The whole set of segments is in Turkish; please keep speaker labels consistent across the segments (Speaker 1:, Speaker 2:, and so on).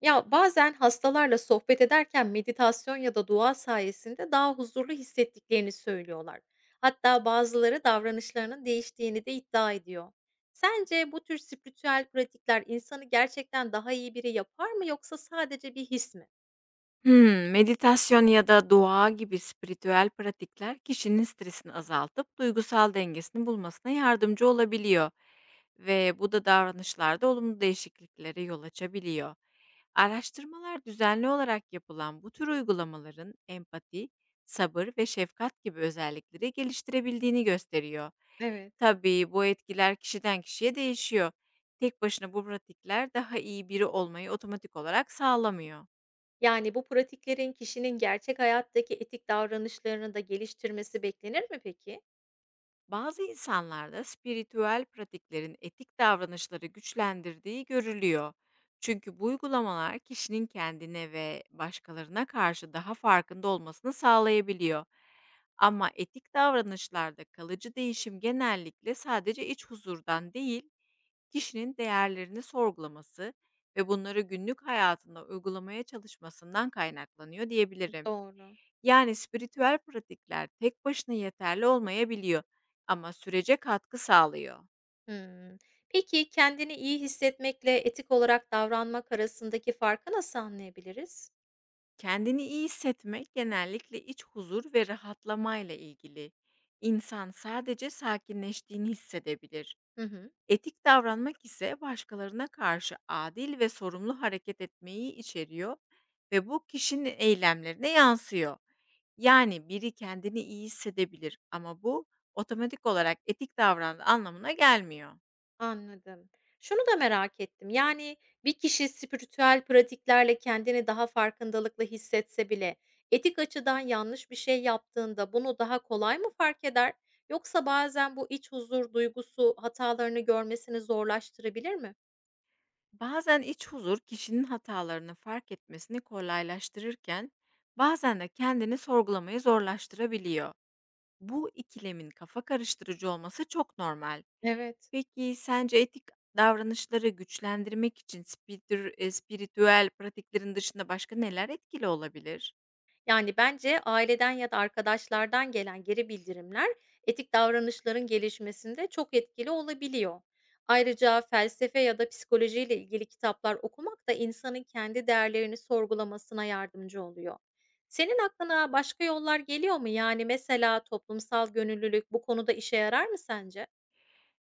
Speaker 1: Ya, bazen hastalarla sohbet ederken meditasyon ya da dua sayesinde daha huzurlu hissettiklerini söylüyorlar. Hatta bazıları davranışlarının değiştiğini de iddia ediyor. Sence bu tür spiritüel pratikler insanı gerçekten daha iyi biri yapar mı yoksa sadece bir his mi?
Speaker 2: Meditasyon ya da dua gibi spiritüel pratikler kişinin stresini azaltıp duygusal dengesini bulmasına yardımcı olabiliyor ve bu da davranışlarda olumlu değişikliklere yol açabiliyor. Araştırmalar düzenli olarak yapılan bu tür uygulamaların empati, sabır ve şefkat gibi özellikleri geliştirebildiğini gösteriyor.
Speaker 1: Evet.
Speaker 2: Tabii bu etkiler kişiden kişiye değişiyor. Tek başına bu pratikler daha iyi biri olmayı otomatik olarak sağlamıyor.
Speaker 1: Yani bu pratiklerin kişinin gerçek hayattaki etik davranışlarını da geliştirmesi beklenir mi peki?
Speaker 2: Bazı insanlarda spiritüel pratiklerin etik davranışları güçlendirdiği görülüyor. Çünkü bu uygulamalar kişinin kendine ve başkalarına karşı daha farkında olmasını sağlayabiliyor. Ama etik davranışlarda kalıcı değişim genellikle sadece iç huzurdan değil, kişinin değerlerini sorgulaması ve bunları günlük hayatında uygulamaya çalışmasından kaynaklanıyor diyebilirim.
Speaker 1: Doğru.
Speaker 2: Yani spiritüel pratikler tek başına yeterli olmayabiliyor ama sürece katkı sağlıyor.
Speaker 1: Hımm. Peki, kendini iyi hissetmekle etik olarak davranmak arasındaki farkı nasıl anlayabiliriz?
Speaker 2: Kendini iyi hissetmek genellikle iç huzur ve rahatlamayla ilgili. İnsan sadece sakinleştiğini hissedebilir.
Speaker 1: Hı hı,
Speaker 2: Etik davranmak ise başkalarına karşı adil ve sorumlu hareket etmeyi içeriyor ve bu kişinin eylemlerine yansıyor. Yani biri kendini iyi hissedebilir ama bu otomatik olarak etik davrandığı anlamına gelmiyor.
Speaker 1: anladım. Şunu da merak ettim, yani, bir kişi spiritüel pratiklerle kendini daha farkındalıklı hissetse bile etik açıdan yanlış bir şey yaptığında bunu daha kolay mı fark eder? Yoksa bazen bu iç huzur duygusu hatalarını görmesini zorlaştırabilir mi?
Speaker 2: Bazen iç huzur kişinin hatalarını fark etmesini kolaylaştırırken bazen de kendini sorgulamayı zorlaştırabiliyor. Bu ikilemin kafa karıştırıcı olması çok normal.
Speaker 1: Evet.
Speaker 2: Peki sence etik davranışları güçlendirmek için spiritüel pratiklerin dışında başka neler etkili olabilir?
Speaker 1: Yani bence aileden ya da arkadaşlardan gelen geri bildirimler etik davranışların gelişmesinde çok etkili olabiliyor. Ayrıca felsefe ya da psikolojiyle ilgili kitaplar okumak da insanın kendi değerlerini sorgulamasına yardımcı oluyor. Senin aklına başka yollar geliyor mu? Yani mesela toplumsal gönüllülük bu konuda işe yarar mı sence?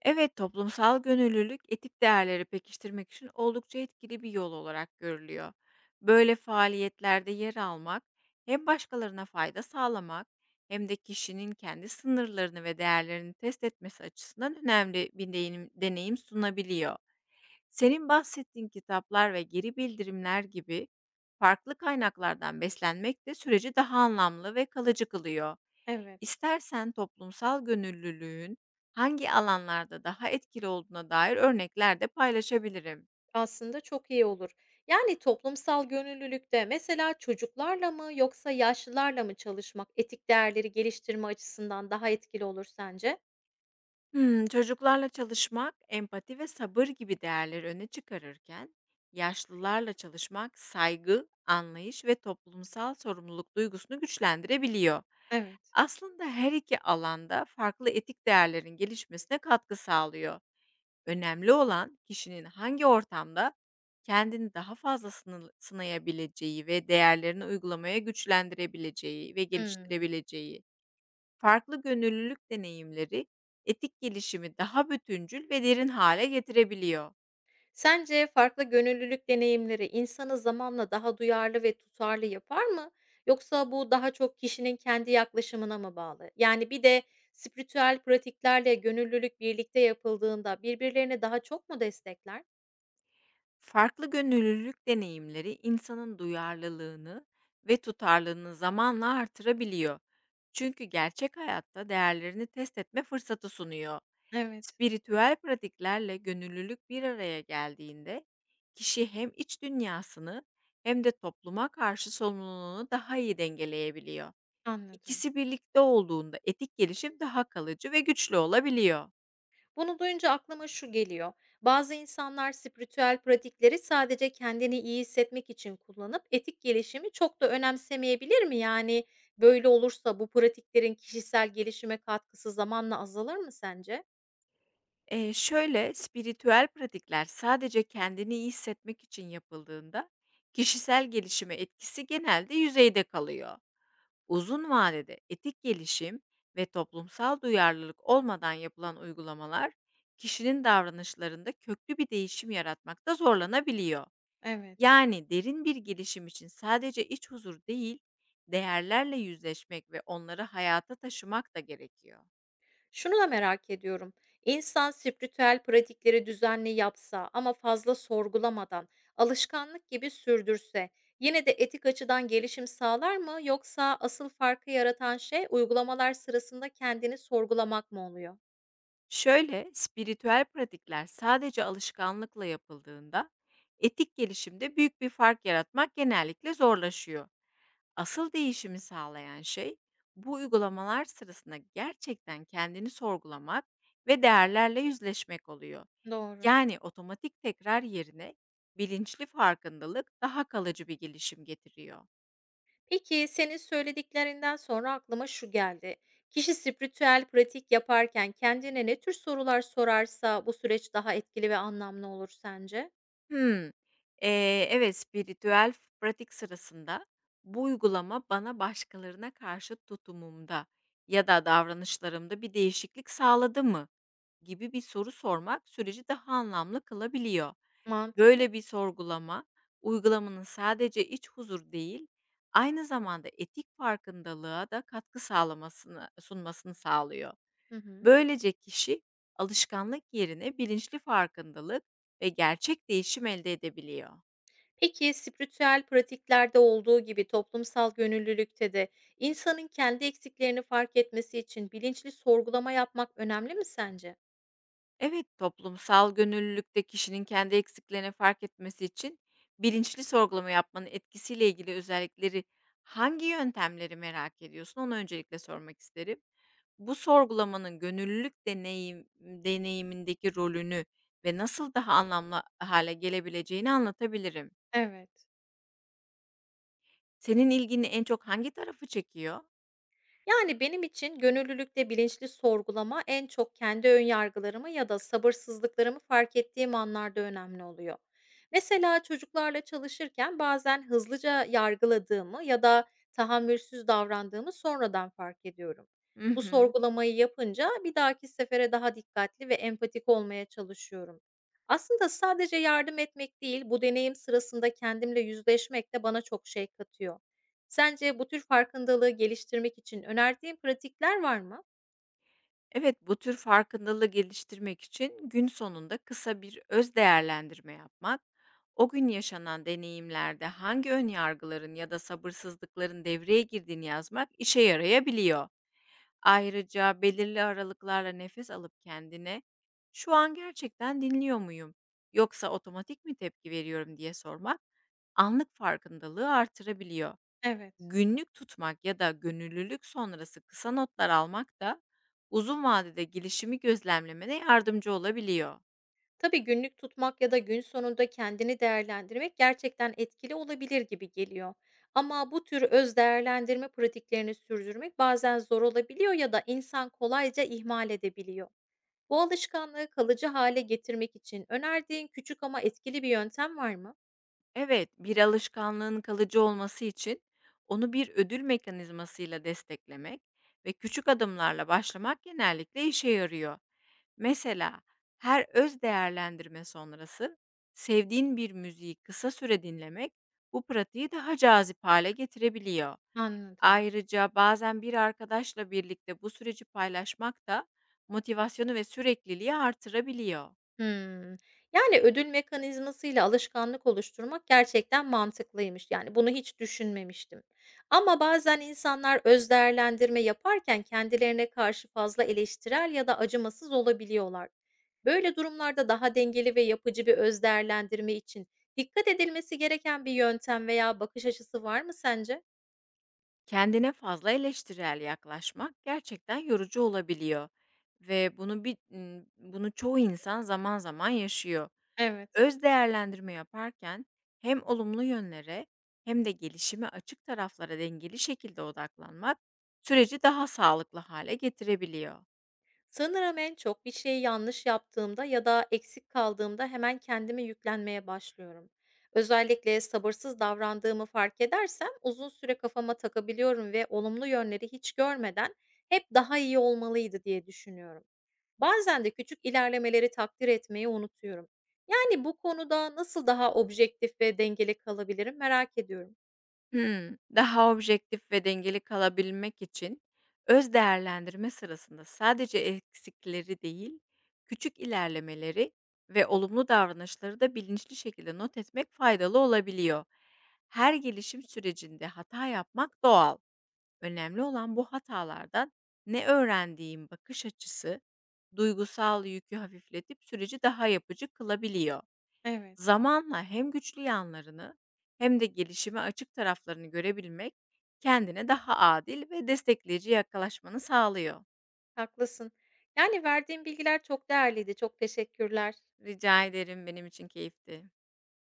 Speaker 2: Evet, toplumsal gönüllülük etik değerleri pekiştirmek için oldukça etkili bir yol olarak görülüyor. Böyle faaliyetlerde yer almak hem başkalarına fayda sağlamak hem de kişinin kendi sınırlarını ve değerlerini test etmesi açısından önemli bir deneyim sunabiliyor. Senin bahsettiğin kitaplar ve geri bildirimler gibi farklı kaynaklardan beslenmek de süreci daha anlamlı ve kalıcı kılıyor.
Speaker 1: Evet.
Speaker 2: İstersen toplumsal gönüllülüğün hangi alanlarda daha etkili olduğuna dair örnekler de paylaşabilirim.
Speaker 1: Aslında çok iyi olur. Yani toplumsal gönüllülükte mesela çocuklarla mı yoksa yaşlılarla mı çalışmak etik değerleri geliştirme açısından daha etkili olur sence?
Speaker 2: Çocuklarla çalışmak empati ve sabır gibi değerleri öne çıkarırken, yaşlılarla çalışmak saygı, anlayış ve toplumsal sorumluluk duygusunu güçlendirebiliyor.
Speaker 1: Evet.
Speaker 2: Aslında her iki alanda farklı etik değerlerin gelişmesine katkı sağlıyor. Önemli olan kişinin hangi ortamda kendini daha fazla sınayabileceği ve değerlerini uygulamaya güçlendirebileceği ve
Speaker 1: Hmm.
Speaker 2: geliştirebileceği. Farklı gönüllülük deneyimleri etik gelişimi daha bütüncül ve derin hale getirebiliyor.
Speaker 1: Sence farklı gönüllülük deneyimleri insanı zamanla daha duyarlı ve tutarlı yapar mı? Yoksa bu daha çok kişinin kendi yaklaşımına mı bağlı? Yani bir de spiritüel pratiklerle gönüllülük birlikte yapıldığında birbirlerini daha çok mu destekler?
Speaker 2: Farklı gönüllülük deneyimleri insanın duyarlılığını ve tutarlılığını zamanla artırabiliyor. Çünkü gerçek hayatta değerlerini test etme fırsatı sunuyor.
Speaker 1: Evet,
Speaker 2: Spiritüel pratiklerle gönüllülük bir araya geldiğinde kişi hem iç dünyasını hem de topluma karşı sorumluluğunu daha iyi dengeleyebiliyor.
Speaker 1: anladım.
Speaker 2: İkisi birlikte olduğunda etik gelişim daha kalıcı ve güçlü olabiliyor.
Speaker 1: Bunu duyunca aklıma şu geliyor. Bazı insanlar spiritüel pratikleri sadece kendini iyi hissetmek için kullanıp etik gelişimi çok da önemsemeyebilir mi? Yani böyle olursa bu pratiklerin kişisel gelişime katkısı zamanla azalır mı sence?
Speaker 2: Spiritüel pratikler sadece kendini iyi hissetmek için yapıldığında kişisel gelişime etkisi genelde yüzeyde kalıyor. Uzun vadede etik gelişim ve toplumsal duyarlılık olmadan yapılan uygulamalar kişinin davranışlarında köklü bir değişim yaratmakta zorlanabiliyor.
Speaker 1: Evet.
Speaker 2: Yani derin bir gelişim için sadece iç huzur değil, değerlerle yüzleşmek ve onları hayata taşımak da gerekiyor.
Speaker 1: Şunu da merak ediyorum. İnsan spiritüel pratikleri düzenli yapsa ama fazla sorgulamadan, alışkanlık gibi sürdürse, yine de etik açıdan gelişim sağlar mı yoksa asıl farkı yaratan şey uygulamalar sırasında kendini sorgulamak mı oluyor?
Speaker 2: Şöyle, spiritüel pratikler sadece alışkanlıkla yapıldığında etik gelişimde büyük bir fark yaratmak genellikle zorlaşıyor. Asıl değişimi sağlayan şey bu uygulamalar sırasında gerçekten kendini sorgulamak ve değerlerle yüzleşmek oluyor.
Speaker 1: Doğru.
Speaker 2: Yani otomatik tekrar yerine bilinçli farkındalık daha kalıcı bir gelişim getiriyor.
Speaker 1: Peki senin söylediklerinden sonra aklıma şu geldi. Kişi spiritüel pratik yaparken kendine ne tür sorular sorarsa bu süreç daha etkili ve anlamlı olur sence?
Speaker 2: Hımm. Evet, spiritüel pratik sırasında bu uygulama bana başkalarına karşı tutumumda ya da davranışlarımda bir değişiklik sağladı mı gibi bir soru sormak süreci daha anlamlı kılabiliyor.
Speaker 1: Mantıklı.
Speaker 2: Böyle bir sorgulama uygulamanın sadece iç huzur değil, aynı zamanda etik farkındalığa da katkı sağlamasını sunmasını sağlıyor.
Speaker 1: Hı hı.
Speaker 2: Böylece kişi alışkanlık yerine bilinçli farkındalık ve gerçek değişim elde edebiliyor.
Speaker 1: Peki spiritüel pratiklerde olduğu gibi toplumsal gönüllülükte de insanın kendi eksiklerini fark etmesi için bilinçli sorgulama yapmak önemli mi sence?
Speaker 2: Evet, toplumsal gönüllülükte kişinin kendi eksiklerini fark etmesi için bilinçli sorgulama yapmanın etkisiyle ilgili özellikleri hangi yöntemleri merak ediyorsun? Onu öncelikle sormak isterim. Bu sorgulamanın gönüllülük deneyimindeki rolünü ve nasıl daha anlamlı hale gelebileceğini anlatabilirim.
Speaker 1: Evet.
Speaker 2: Senin ilgini en çok hangi tarafı çekiyor?
Speaker 1: Yani benim için gönüllülükte bilinçli sorgulama en çok kendi ön yargılarımı ya da sabırsızlıklarımı fark ettiğim anlarda önemli oluyor. Mesela çocuklarla çalışırken bazen hızlıca yargıladığımı ya da tahammülsüz davrandığımı sonradan fark ediyorum.
Speaker 2: Hı
Speaker 1: Bu
Speaker 2: hı.
Speaker 1: sorgulamayı yapınca bir dahaki sefere daha dikkatli ve empatik olmaya çalışıyorum. Aslında sadece yardım etmek değil, bu deneyim sırasında kendimle yüzleşmek de bana çok şey katıyor. Sence bu tür farkındalığı geliştirmek için önerdiğin pratikler var mı?
Speaker 2: Evet, bu tür farkındalığı geliştirmek için gün sonunda kısa bir öz değerlendirme yapmak, o gün yaşanan deneyimlerde hangi ön yargıların ya da sabırsızlıkların devreye girdiğini yazmak işe yarayabiliyor. Ayrıca belirli aralıklarla nefes alıp kendine "Şu an gerçekten dinliyor muyum? Yoksa otomatik mi tepki veriyorum?" diye sormak anlık farkındalığı artırabiliyor.
Speaker 1: Evet.
Speaker 2: Günlük tutmak ya da gönüllülük sonrası kısa notlar almak da uzun vadede gelişimi gözlemlemene yardımcı olabiliyor.
Speaker 1: Tabii günlük tutmak ya da gün sonunda kendini değerlendirmek gerçekten etkili olabilir gibi geliyor. Ama bu tür öz değerlendirme pratiklerini sürdürmek bazen zor olabiliyor ya da insan kolayca ihmal edebiliyor. Bu alışkanlığı kalıcı hale getirmek için önerdiğin küçük ama etkili bir yöntem var mı?
Speaker 2: Evet, bir alışkanlığın kalıcı olması için onu bir ödül mekanizmasıyla desteklemek ve küçük adımlarla başlamak genellikle işe yarıyor. Mesela her öz değerlendirme sonrası sevdiğin bir müziği kısa süre dinlemek bu pratiği daha cazip hale getirebiliyor.
Speaker 1: Anladım.
Speaker 2: Ayrıca bazen bir arkadaşla birlikte bu süreci paylaşmak da motivasyonu ve sürekliliği artırabiliyor.
Speaker 1: Hımm. Yani, ödül mekanizmasıyla alışkanlık oluşturmak gerçekten mantıklıymış. Yani, bunu hiç düşünmemiştim. Ama bazen insanlar öz değerlendirme yaparken kendilerine karşı fazla eleştirel ya da acımasız olabiliyorlar. Böyle durumlarda daha dengeli ve yapıcı bir öz değerlendirme için dikkat edilmesi gereken bir yöntem veya bakış açısı var mı sence?
Speaker 2: Kendine fazla eleştirel yaklaşmak gerçekten yorucu olabiliyor ve bunu çoğu insan zaman zaman yaşıyor.
Speaker 1: Evet.
Speaker 2: Öz değerlendirme yaparken hem olumlu yönlere hem de gelişime açık taraflara dengeli şekilde odaklanmak süreci daha sağlıklı hale getirebiliyor.
Speaker 1: Sanırım en çok bir şeyi yanlış yaptığımda ya da eksik kaldığımda hemen kendime yüklenmeye başlıyorum. Özellikle sabırsız davrandığımı fark edersem uzun süre kafama takabiliyorum ve olumlu yönleri hiç görmeden hep daha iyi olmalıydı diye düşünüyorum. Bazen de küçük ilerlemeleri takdir etmeyi unutuyorum. Yani bu konuda nasıl daha objektif ve dengeli kalabilirim merak ediyorum.
Speaker 2: Hımm. Daha objektif ve dengeli kalabilmek için öz değerlendirme sırasında sadece eksikleri değil, küçük ilerlemeleri ve olumlu davranışları da bilinçli şekilde not etmek faydalı olabiliyor. Her gelişim sürecinde hata yapmak doğal. Önemli olan bu hatalardan ne öğrendiğim bakış açısı duygusal yükü hafifletip süreci daha yapıcı kılabiliyor.
Speaker 1: Evet.
Speaker 2: Zamanla hem güçlü yanlarını hem de gelişime açık taraflarını görebilmek, kendine daha adil ve destekleyici yaklaşmanı sağlıyor.
Speaker 1: Haklısın. Yani verdiğin bilgiler çok değerliydi. Çok teşekkürler.
Speaker 2: Rica ederim, benim için keyifti.